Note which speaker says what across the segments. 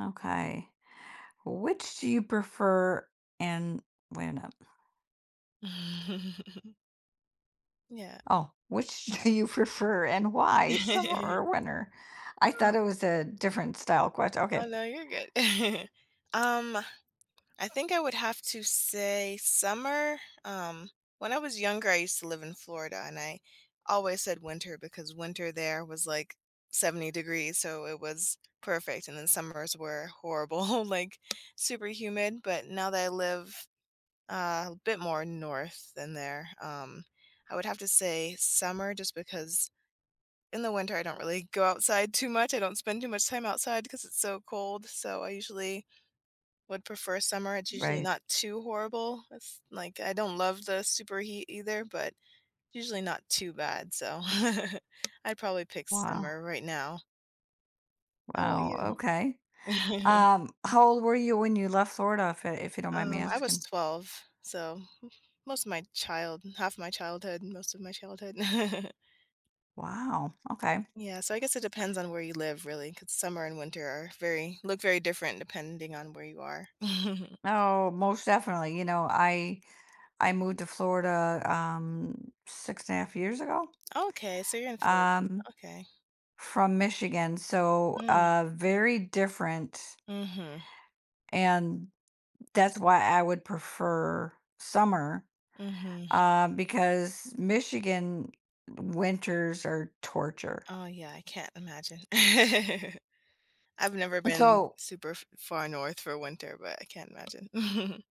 Speaker 1: Okay. Which do you prefer and wait a minute.
Speaker 2: Yeah.
Speaker 1: Oh, which do you prefer and why, summer or winter? I
Speaker 2: Um,
Speaker 1: thought it was a different style question.
Speaker 2: oh,
Speaker 1: Okay.
Speaker 2: no, you're good. Um, I think I would have to say summer. Um, when I was younger, I used to live in Florida, and I always said winter because winter there was like 70 degrees, so it was perfect. And then summers were horrible, like super humid. But now that I live a bit more north than there. I would have to say summer just because in the winter, I don't really go outside too much. I don't spend too much time outside because it's so cold. So I usually would prefer summer. It's usually
Speaker 1: Right.
Speaker 2: not too horrible. It's like I don't love the super heat either, but usually not too bad. So I'd probably pick
Speaker 1: Wow.
Speaker 2: summer right now. How about
Speaker 1: Wow.
Speaker 2: you?
Speaker 1: Okay. How old were you when you left Florida, if you don't mind me
Speaker 2: I was
Speaker 1: asking?
Speaker 2: 12, so most of my child, half my childhood, most of my childhood.
Speaker 1: Wow. Okay.
Speaker 2: Yeah, so I guess it depends on where you live, really, because summer and winter are very different depending on where you are.
Speaker 1: Oh, most definitely. I moved to Florida six and a half years ago
Speaker 2: Okay, so you're in Florida.
Speaker 1: um
Speaker 2: Okay.
Speaker 1: from Michigan. So
Speaker 2: Mm.
Speaker 1: very different,
Speaker 2: Mhm,
Speaker 1: and that's why I would prefer summer
Speaker 2: mm mhm.
Speaker 1: because Michigan winters are torture.
Speaker 2: Oh, yeah, I can't imagine. I've never been
Speaker 1: So
Speaker 2: super f far north for winter, but I can't imagine.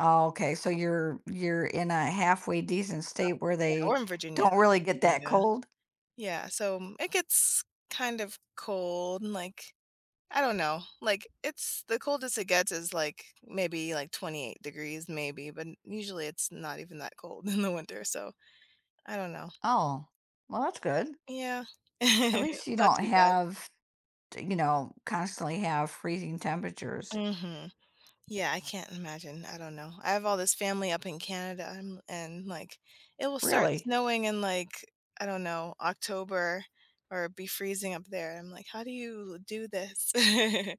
Speaker 1: oh, okay, so you're in a halfway decent state where
Speaker 2: Yeah, we're
Speaker 1: they
Speaker 2: in Virginia,
Speaker 1: don't really get
Speaker 2: I'm in
Speaker 1: that
Speaker 2: Virginia.
Speaker 1: cold.
Speaker 2: Yeah, so, it gets kind of cold and, like, I don't know, like, it's the coldest it gets is, like, maybe, like, 28 degrees maybe, but usually it's not even that cold in the winter, so I don't know.
Speaker 1: Oh, well, that's good.
Speaker 2: Yeah.
Speaker 1: At least you
Speaker 2: Not
Speaker 1: don't
Speaker 2: too bad.
Speaker 1: have, you know, constantly have freezing temperatures.
Speaker 2: Mhm. Yeah, I can't imagine. I don't know. I have all this family up in Canada and, like it will start
Speaker 1: Really.
Speaker 2: snowing in like, I don't know, October or be freezing up there. I'm like, how do you do this? And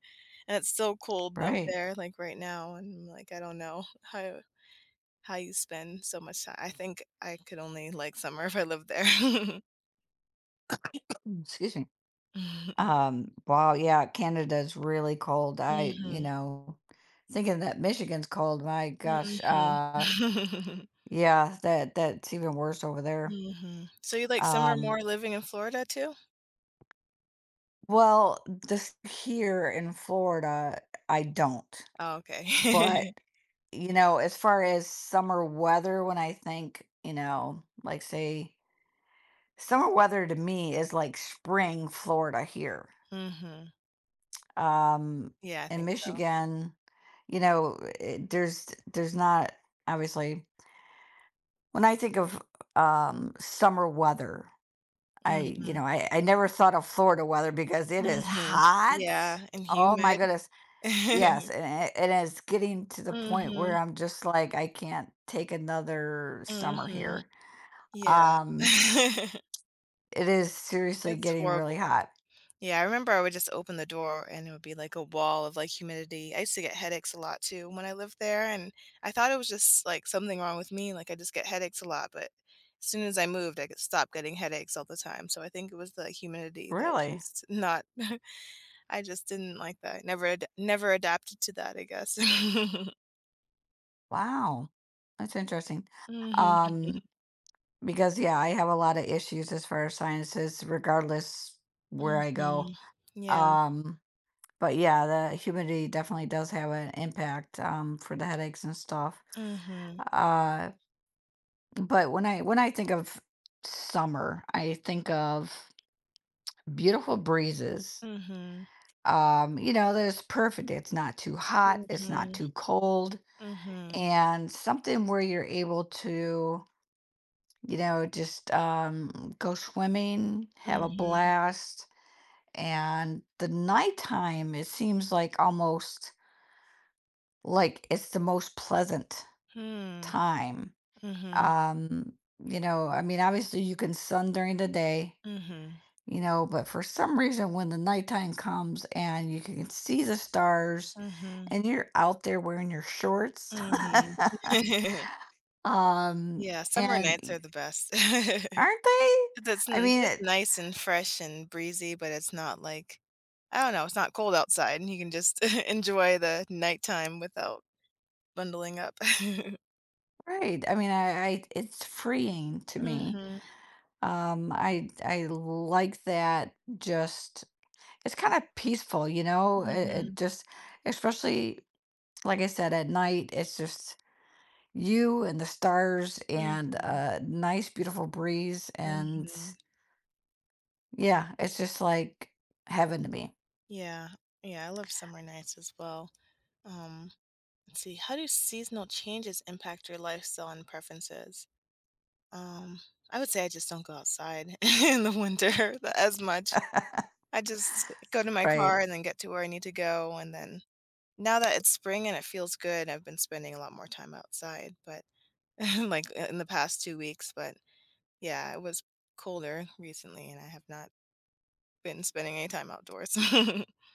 Speaker 2: it's so cold up
Speaker 1: Right.
Speaker 2: there like right now and like I don't know how you spend so much time. I think I could only like summer if I lived there.
Speaker 1: Excuse me. Wow, yeah, Canada's really cold. I, you
Speaker 2: Mhm.
Speaker 1: know, thinking that Michigan's cold, my gosh,
Speaker 2: Mhm. Mhm.
Speaker 1: yeah, that's even worse over there.
Speaker 2: Mhm. So you like summer more
Speaker 1: Um,
Speaker 2: living in Florida too?
Speaker 1: well, this here in Florida, I don't,
Speaker 2: Oh, okay.
Speaker 1: but, you know, as far as summer weather, when I think, you know, like, say summer weather to me is like spring Florida here.
Speaker 2: Mhm.
Speaker 1: Um,
Speaker 2: Yeah, I
Speaker 1: in
Speaker 2: think so.
Speaker 1: Michigan, you know, it, there's not, obviously, when I think of summer weather, I you
Speaker 2: Mhm.
Speaker 1: know, I never thought of Florida weather because it is
Speaker 2: Mhm.
Speaker 1: hot.
Speaker 2: Yeah, and
Speaker 1: Oh my
Speaker 2: humid.
Speaker 1: goodness. Yes, and it's getting to the point where
Speaker 2: Mhm.
Speaker 1: I'm just like I can't take another summer
Speaker 2: Mhm.
Speaker 1: here.
Speaker 2: Yeah.
Speaker 1: Um, it is seriously
Speaker 2: It's
Speaker 1: getting really
Speaker 2: horrible.
Speaker 1: hot.
Speaker 2: Yeah, I remember I would just open the door and it would be like a wall of, like, humidity. I used to get headaches a lot too when I lived there, and I thought it was just, like, something wrong with me, like, I just get headaches a lot, but as soon as I moved, I could stop getting headaches all the time, so I think it was the humidity that was
Speaker 1: Really?
Speaker 2: just not I just didn't like that. Never adapted to that, I guess.
Speaker 1: Wow, that's interesting.
Speaker 2: Mhm,
Speaker 1: Um, because yeah, I have a lot of issues as far as sciences, regardless where
Speaker 2: mhm,
Speaker 1: I go.
Speaker 2: mhm. Yeah.
Speaker 1: Um, but yeah, the humidity definitely does have an impact, for the headaches and stuff.
Speaker 2: Mhm,
Speaker 1: Uh, but when I think of summer, I think of beautiful breezes.
Speaker 2: mhm,
Speaker 1: You know, that's perfect. It's not too hot, it's not
Speaker 2: mhm,
Speaker 1: too cold,
Speaker 2: mhm,
Speaker 1: and something where you're able to, you know, just go swimming, have a
Speaker 2: mhm,
Speaker 1: blast. And the nighttime, it seems like almost like it's the most pleasant
Speaker 2: hmm,
Speaker 1: time.
Speaker 2: mhm,
Speaker 1: Um, you know, I mean, obviously you can sun during the day,
Speaker 2: mhm,
Speaker 1: you know, but for some reason, when the nighttime comes and you can see the stars
Speaker 2: mhm,
Speaker 1: and you're out there wearing your shorts,
Speaker 2: mhm.
Speaker 1: um,
Speaker 2: Yeah, summer
Speaker 1: and
Speaker 2: nights are the best.
Speaker 1: aren't they?
Speaker 2: 'Cause it's
Speaker 1: I
Speaker 2: n just
Speaker 1: mean,
Speaker 2: nice and fresh and breezy, but it's not like I don't know, it's not cold outside, and you can just enjoy the nighttime without bundling up.
Speaker 1: right. I mean, I it's freeing to me.
Speaker 2: Mhm.
Speaker 1: I like that. Just it's kind of peaceful, you know. It
Speaker 2: Mhm,
Speaker 1: just, especially like I said, at night, it's just you and the stars and
Speaker 2: mhm,
Speaker 1: a nice, beautiful breeze, and
Speaker 2: mhm.
Speaker 1: yeah, it's just like heaven to me.
Speaker 2: Yeah, yeah, I love summer nights as well. Um, let's see, how do seasonal changes impact your lifestyle and preferences? Um, I would say I just don't go outside in the winter as much. I just go to my
Speaker 1: Right.
Speaker 2: car and then get to where I need to go, and then now that it's spring and it feels good, I've been spending a lot more time outside, but, like, in the past 2 weeks, but, yeah, it was colder recently, and I have not been spending any time outdoors.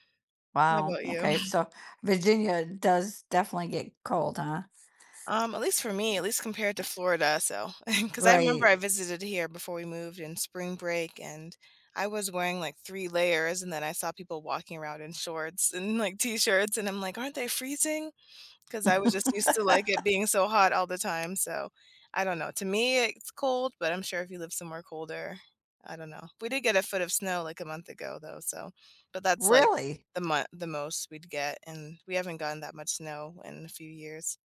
Speaker 2: How
Speaker 1: Wow.
Speaker 2: about you?
Speaker 1: Okay. So Virginia does definitely get cold, huh?
Speaker 2: At least for me, at least compared to Florida. So, because I remember
Speaker 1: Right.
Speaker 2: I visited here before we moved in spring break, and I was wearing, like, 3 layers, and then I saw people walking around in shorts and, like, T-shirts, and I'm like, "Aren't they freezing? Because I was just used to, like, it being so hot all the time, so I don't know. To me, it's cold, but I'm sure if you live somewhere colder, I don't know. We did get a foot of snow, like, a month ago, though, so but that's, like,
Speaker 1: Really?
Speaker 2: the most we'd get, and we haven't gotten that much snow in a few years.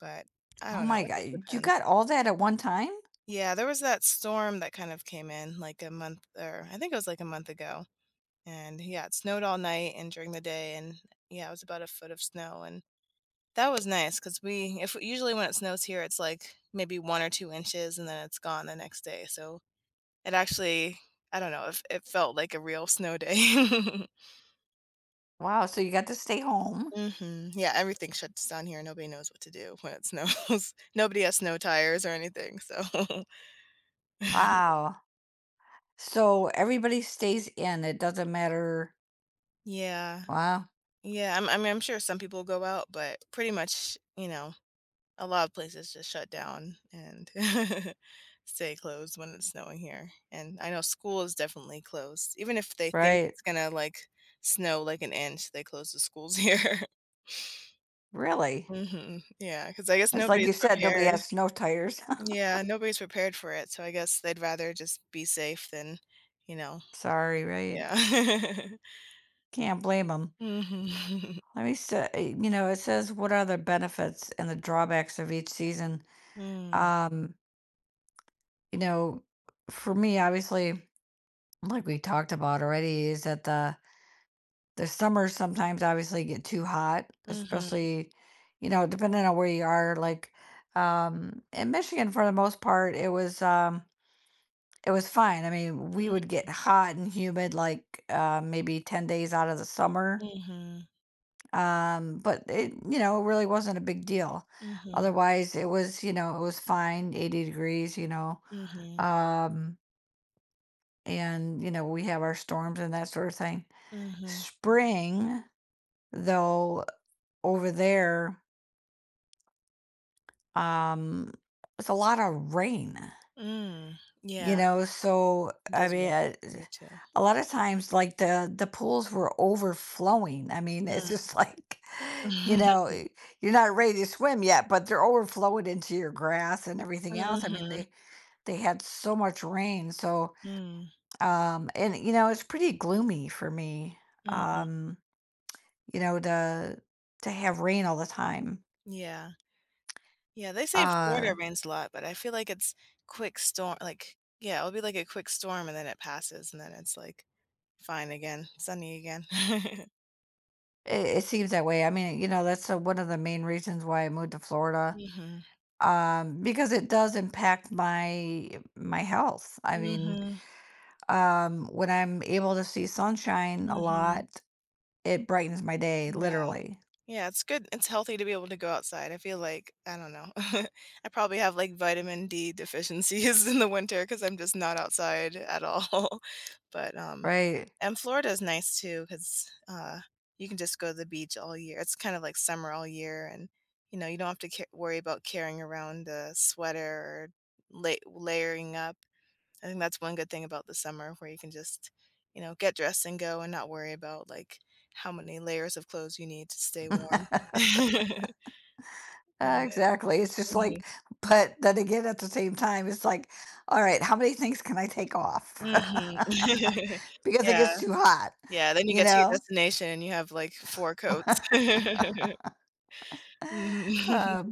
Speaker 2: But I
Speaker 1: Oh
Speaker 2: don't know,
Speaker 1: my
Speaker 2: it just
Speaker 1: god, you
Speaker 2: depends.
Speaker 1: got all that at one time?
Speaker 2: Yeah, there was that storm that kind of came in like a month or I think it was like a month ago. And yeah, it snowed all night and during the day and yeah, it was about a foot of snow and that was nice because we if usually when it snows here it's like maybe 1 or 2 inches and then it's gone the next day. So it actually I don't know if it felt like a real snow day.
Speaker 1: Wow, so you got to stay home.
Speaker 2: Hmm. Yeah, everything shuts down here. Nobody knows what to do when it snows. Nobody has snow tires or anything. So
Speaker 1: Wow. So everybody stays in, it doesn't matter.
Speaker 2: yeah.
Speaker 1: Wow,
Speaker 2: Yeah, I mean, I'm sure some people go out, but pretty much, you know, a lot of places just shut down and stay closed when it's snowing here. And I know school is definitely closed. Even if they think
Speaker 1: right.
Speaker 2: it's gonna like snow like an inch, they close the schools here.
Speaker 1: Really?
Speaker 2: Mhm. Because I guess
Speaker 1: It's like
Speaker 2: nobody's
Speaker 1: you said, nobody
Speaker 2: prepared.
Speaker 1: has snow tires.
Speaker 2: Yeah, nobody's prepared for it, so I guess they'd rather just be safe than, you know,
Speaker 1: Sorry, right?
Speaker 2: yeah.
Speaker 1: Can't blame them.
Speaker 2: Mhm.
Speaker 1: Let me say, you know, it says what are the benefits and the drawbacks of each season?
Speaker 2: Mm.
Speaker 1: Um, you know, for me, obviously, like we talked about already, is that the summers sometimes obviously get too hot,
Speaker 2: Mhm.
Speaker 1: especially, you know, depending on where you are, like, in Michigan for the most part, it was fine. I mean, we
Speaker 2: Mm.
Speaker 1: would get hot and humid like, maybe 10 days out of the summer.
Speaker 2: Mhm.
Speaker 1: But it, you know, it really wasn't a big deal.
Speaker 2: Mhm.
Speaker 1: Otherwise, it was, you know, it was fine, 80 degrees, you know.
Speaker 2: Mhm,
Speaker 1: Um, and, you know, we have our storms and that sort of thing.
Speaker 2: mhm,
Speaker 1: Spring, though, over there, um it's a lot of rain,
Speaker 2: mm,
Speaker 1: you
Speaker 2: yeah,
Speaker 1: know, so
Speaker 2: it
Speaker 1: I
Speaker 2: does
Speaker 1: mean,
Speaker 2: ring here too.
Speaker 1: a lot of times like the pools were overflowing. I mean, it's
Speaker 2: Mm.
Speaker 1: just like you know, you're not ready to swim yet, but they're overflowing into your grass and everything else. I mean,
Speaker 2: Mhm,
Speaker 1: they had so much rain. So
Speaker 2: mm,
Speaker 1: and you know, it's pretty gloomy for me.
Speaker 2: mhm,
Speaker 1: um you know, to have rain all the time.
Speaker 2: yeah, yeah, they say Florida
Speaker 1: Uh,
Speaker 2: rains a lot, but I feel like it's quick storm like, yeah, it'll be like a quick storm and then it passes and then it's, like, fine again, sunny again.
Speaker 1: It it seems that way. I mean, you know, that's, one of the main reasons why I moved to Florida,
Speaker 2: Mhm,
Speaker 1: because it does impact my health. I mean,
Speaker 2: mhm,
Speaker 1: when I'm able to see sunshine a
Speaker 2: mhm,
Speaker 1: lot, it brightens my day,
Speaker 2: yeah.
Speaker 1: literally,
Speaker 2: Yeah, it's good. It's healthy to be able to go outside. I feel like, I don't know. I probably have like vitamin D deficiencies in the winter because I'm just not outside at all. But
Speaker 1: right?
Speaker 2: And Florida is nice too because you can just go to the beach all year. It's kind of like summer all year and you know, you don't have to worry about carrying around a sweater or layering up. I think that's one good thing about the summer where you can just, you know, get dressed and go and not worry about, like, how many layers of clothes you need to stay warm. And then
Speaker 1: Exactly. It's just
Speaker 2: mhm,
Speaker 1: like, but then again, at the same time, it's like, all right, how many things can I take off?
Speaker 2: mhm.
Speaker 1: Because it
Speaker 2: Yeah,
Speaker 1: gets too hot,
Speaker 2: yeah, then you
Speaker 1: you
Speaker 2: get to your
Speaker 1: know?
Speaker 2: destination and you have, like, 4 coats. Mhm.
Speaker 1: Uh,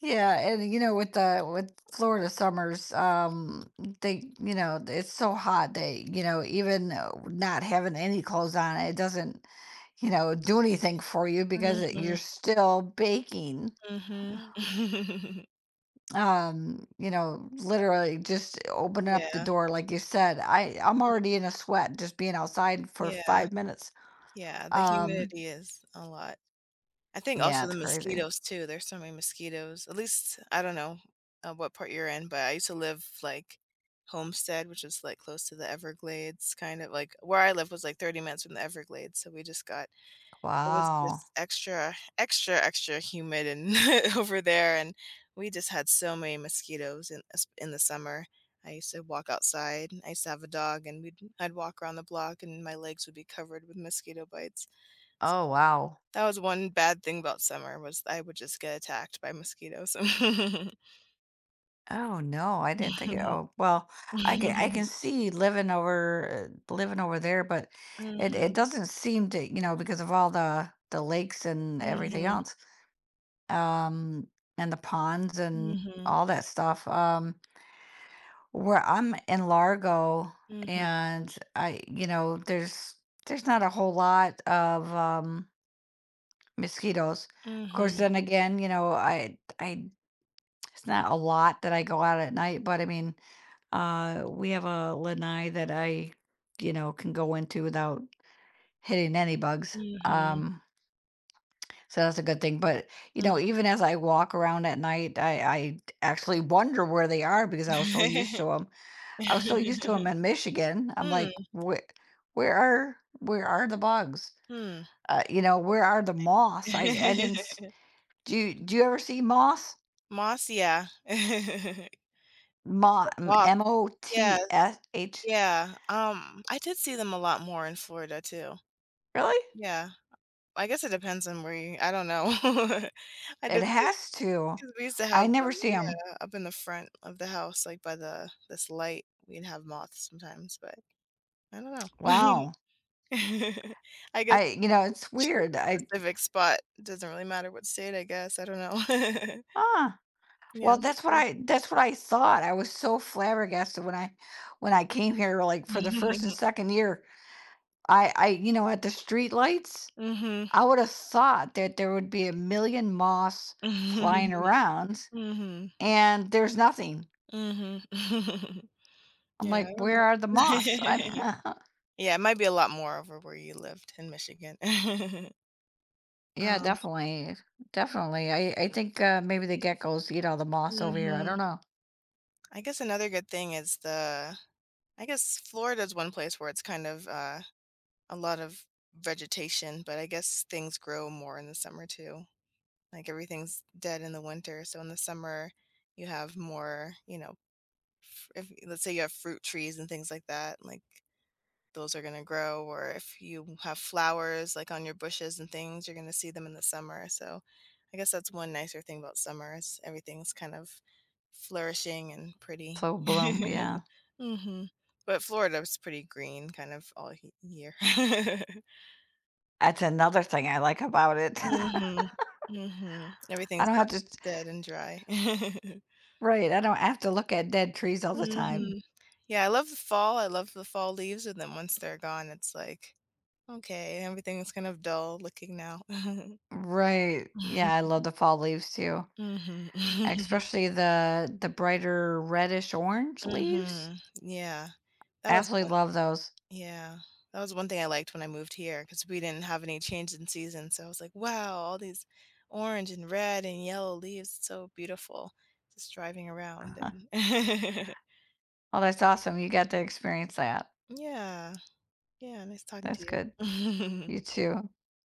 Speaker 1: Yeah, and you know, with the with Florida summers, they, you know, it's so hot they, you know, even not having any clothes on, it doesn't, you know, do anything for you because it, you're
Speaker 2: Mhm,
Speaker 1: still baking.
Speaker 2: mhm.
Speaker 1: You know, literally just opening up the
Speaker 2: Yeah,
Speaker 1: door, like you said, I I'm already
Speaker 2: mhm,
Speaker 1: in a sweat just being outside for
Speaker 2: yeah,
Speaker 1: 5 minutes.
Speaker 2: yeah, the
Speaker 1: Um,
Speaker 2: humidity is a lot. I think
Speaker 1: yeah,
Speaker 2: also the
Speaker 1: it's crazy.
Speaker 2: mosquitoes too. There's so many mosquitoes. At least I don't know what part you're in, but I used to live like Homestead, which is like close to the Everglades, kind of like where I live was like 30 minutes from the Everglades. So we just got it was
Speaker 1: Wow.
Speaker 2: just extra, extra, extra humid and over there, and we just had so many mosquitoes in the summer. I used to walk outside. I used to have a dog, and we'd I'd walk around the block, and my legs would be covered with mosquito bites. So
Speaker 1: Oh, wow.
Speaker 2: that was one bad thing about summer was I would just get attacked by mosquitoes.
Speaker 1: Oh, no, I didn't think it
Speaker 2: Mhm.
Speaker 1: oh, well, I can
Speaker 2: Mhm.
Speaker 1: see living over living over there, but it doesn't seem to, you know, because of all the lakes and everything
Speaker 2: Mhm.
Speaker 1: else, um, and the ponds and
Speaker 2: Mhm.
Speaker 1: all that stuff. Where I'm in Largo
Speaker 2: Mhm.
Speaker 1: and I, you know, there's not a whole lot of mosquitoes. Of course,
Speaker 2: Mhm.
Speaker 1: then again, you know, I it's not a lot that I go out at night, but I mean, we have a lanai that I, you know, can go into without hitting any bugs.
Speaker 2: Mhm.
Speaker 1: Um, so that's a good thing. But you
Speaker 2: Mm.
Speaker 1: know, even as I walk around at night, I actually wonder where they are because I was so used to them.
Speaker 2: Mm,
Speaker 1: I was so used to
Speaker 2: mm.
Speaker 1: them in Michigan. I'm like, where, where are the bugs? You know, where are the moths? I didn't. S- Do you, ever see moths?
Speaker 2: Moss, yeah.
Speaker 1: Moth,
Speaker 2: Moss,
Speaker 1: M O
Speaker 2: yeah,
Speaker 1: T S H.
Speaker 2: yeah, I did see them a lot more in Florida too.
Speaker 1: Really?
Speaker 2: Yeah. I guess it depends on where you I don't know. I
Speaker 1: It
Speaker 2: did
Speaker 1: has to.
Speaker 2: 'cause we used to
Speaker 1: I
Speaker 2: have
Speaker 1: never
Speaker 2: them,
Speaker 1: see them.
Speaker 2: yeah, up in the front of the house, like, by the this light, we'd have moths sometimes, but I don't know.
Speaker 1: Wow.
Speaker 2: I guess
Speaker 1: I you
Speaker 2: if I
Speaker 1: know,
Speaker 2: just
Speaker 1: it's
Speaker 2: choose
Speaker 1: weird.
Speaker 2: a
Speaker 1: I
Speaker 2: specific spot, it doesn't really matter what state, I guess, I don't know.
Speaker 1: ah
Speaker 2: Yeah,
Speaker 1: well,
Speaker 2: I'm sure.
Speaker 1: that's what I thought. I was so flabbergasted when I came here, like, for the 1st and 2nd year. I you know, at the streetlights,
Speaker 2: Mhm.
Speaker 1: I would have thought that there would be a million moths flying
Speaker 2: Mhm.
Speaker 1: around, and there's nothing.
Speaker 2: Mhm.
Speaker 1: I'm
Speaker 2: Yeah,
Speaker 1: like,
Speaker 2: I don't
Speaker 1: "Where
Speaker 2: know.
Speaker 1: are the moths?" I'm
Speaker 2: Yeah, it might be a lot more over where you lived in Michigan.
Speaker 1: yeah,
Speaker 2: Um,
Speaker 1: definitely. Definitely. I think, maybe the geckos eat all the moths over here. I don't
Speaker 2: mhm.
Speaker 1: know.
Speaker 2: I guess another good thing is the I guess Florida is one place where it's kind of, a lot of vegetation, but I guess things grow more in the summer too. Like everything's dead in the winter, so in the summer you have more, you know, if let's say you have fruit trees and things like that, like those are gonna grow, or if you have flowers like on your bushes and things, you're gonna see them in the summer. So I guess that's one nicer thing about summer is everything's kind of flourishing and pretty.
Speaker 1: So bloom, yeah.
Speaker 2: Mhm. But Florida's pretty green kind of all he year.
Speaker 1: That's another thing I like about it. I
Speaker 2: Mhm. Mhm. Everything's
Speaker 1: don't have
Speaker 2: not
Speaker 1: to
Speaker 2: dead and dry.
Speaker 1: right, I don't have to look at dead trees all the time.
Speaker 2: Mhm. Yeah, I love the fall, I love the fall leaves, and then once they're gone, it's like, "Okay, everything's kind of dull looking now." Mhm.
Speaker 1: Right. Yeah, I love the fall leaves too,
Speaker 2: Mhm.
Speaker 1: especially the brighter reddish orange leaves.
Speaker 2: Yeah. That was one
Speaker 1: Absolutely love those.
Speaker 2: Yeah. That was one thing I liked when I moved here because we didn't have any change in season, so I was like, "Wow, all these orange and red and yellow leaves, it's so beautiful." Just driving around and
Speaker 1: Oh, that's awesome. You got to experience that.
Speaker 2: Yeah. Yeah, nice talking
Speaker 1: That's
Speaker 2: to
Speaker 1: good.
Speaker 2: you.
Speaker 1: You too.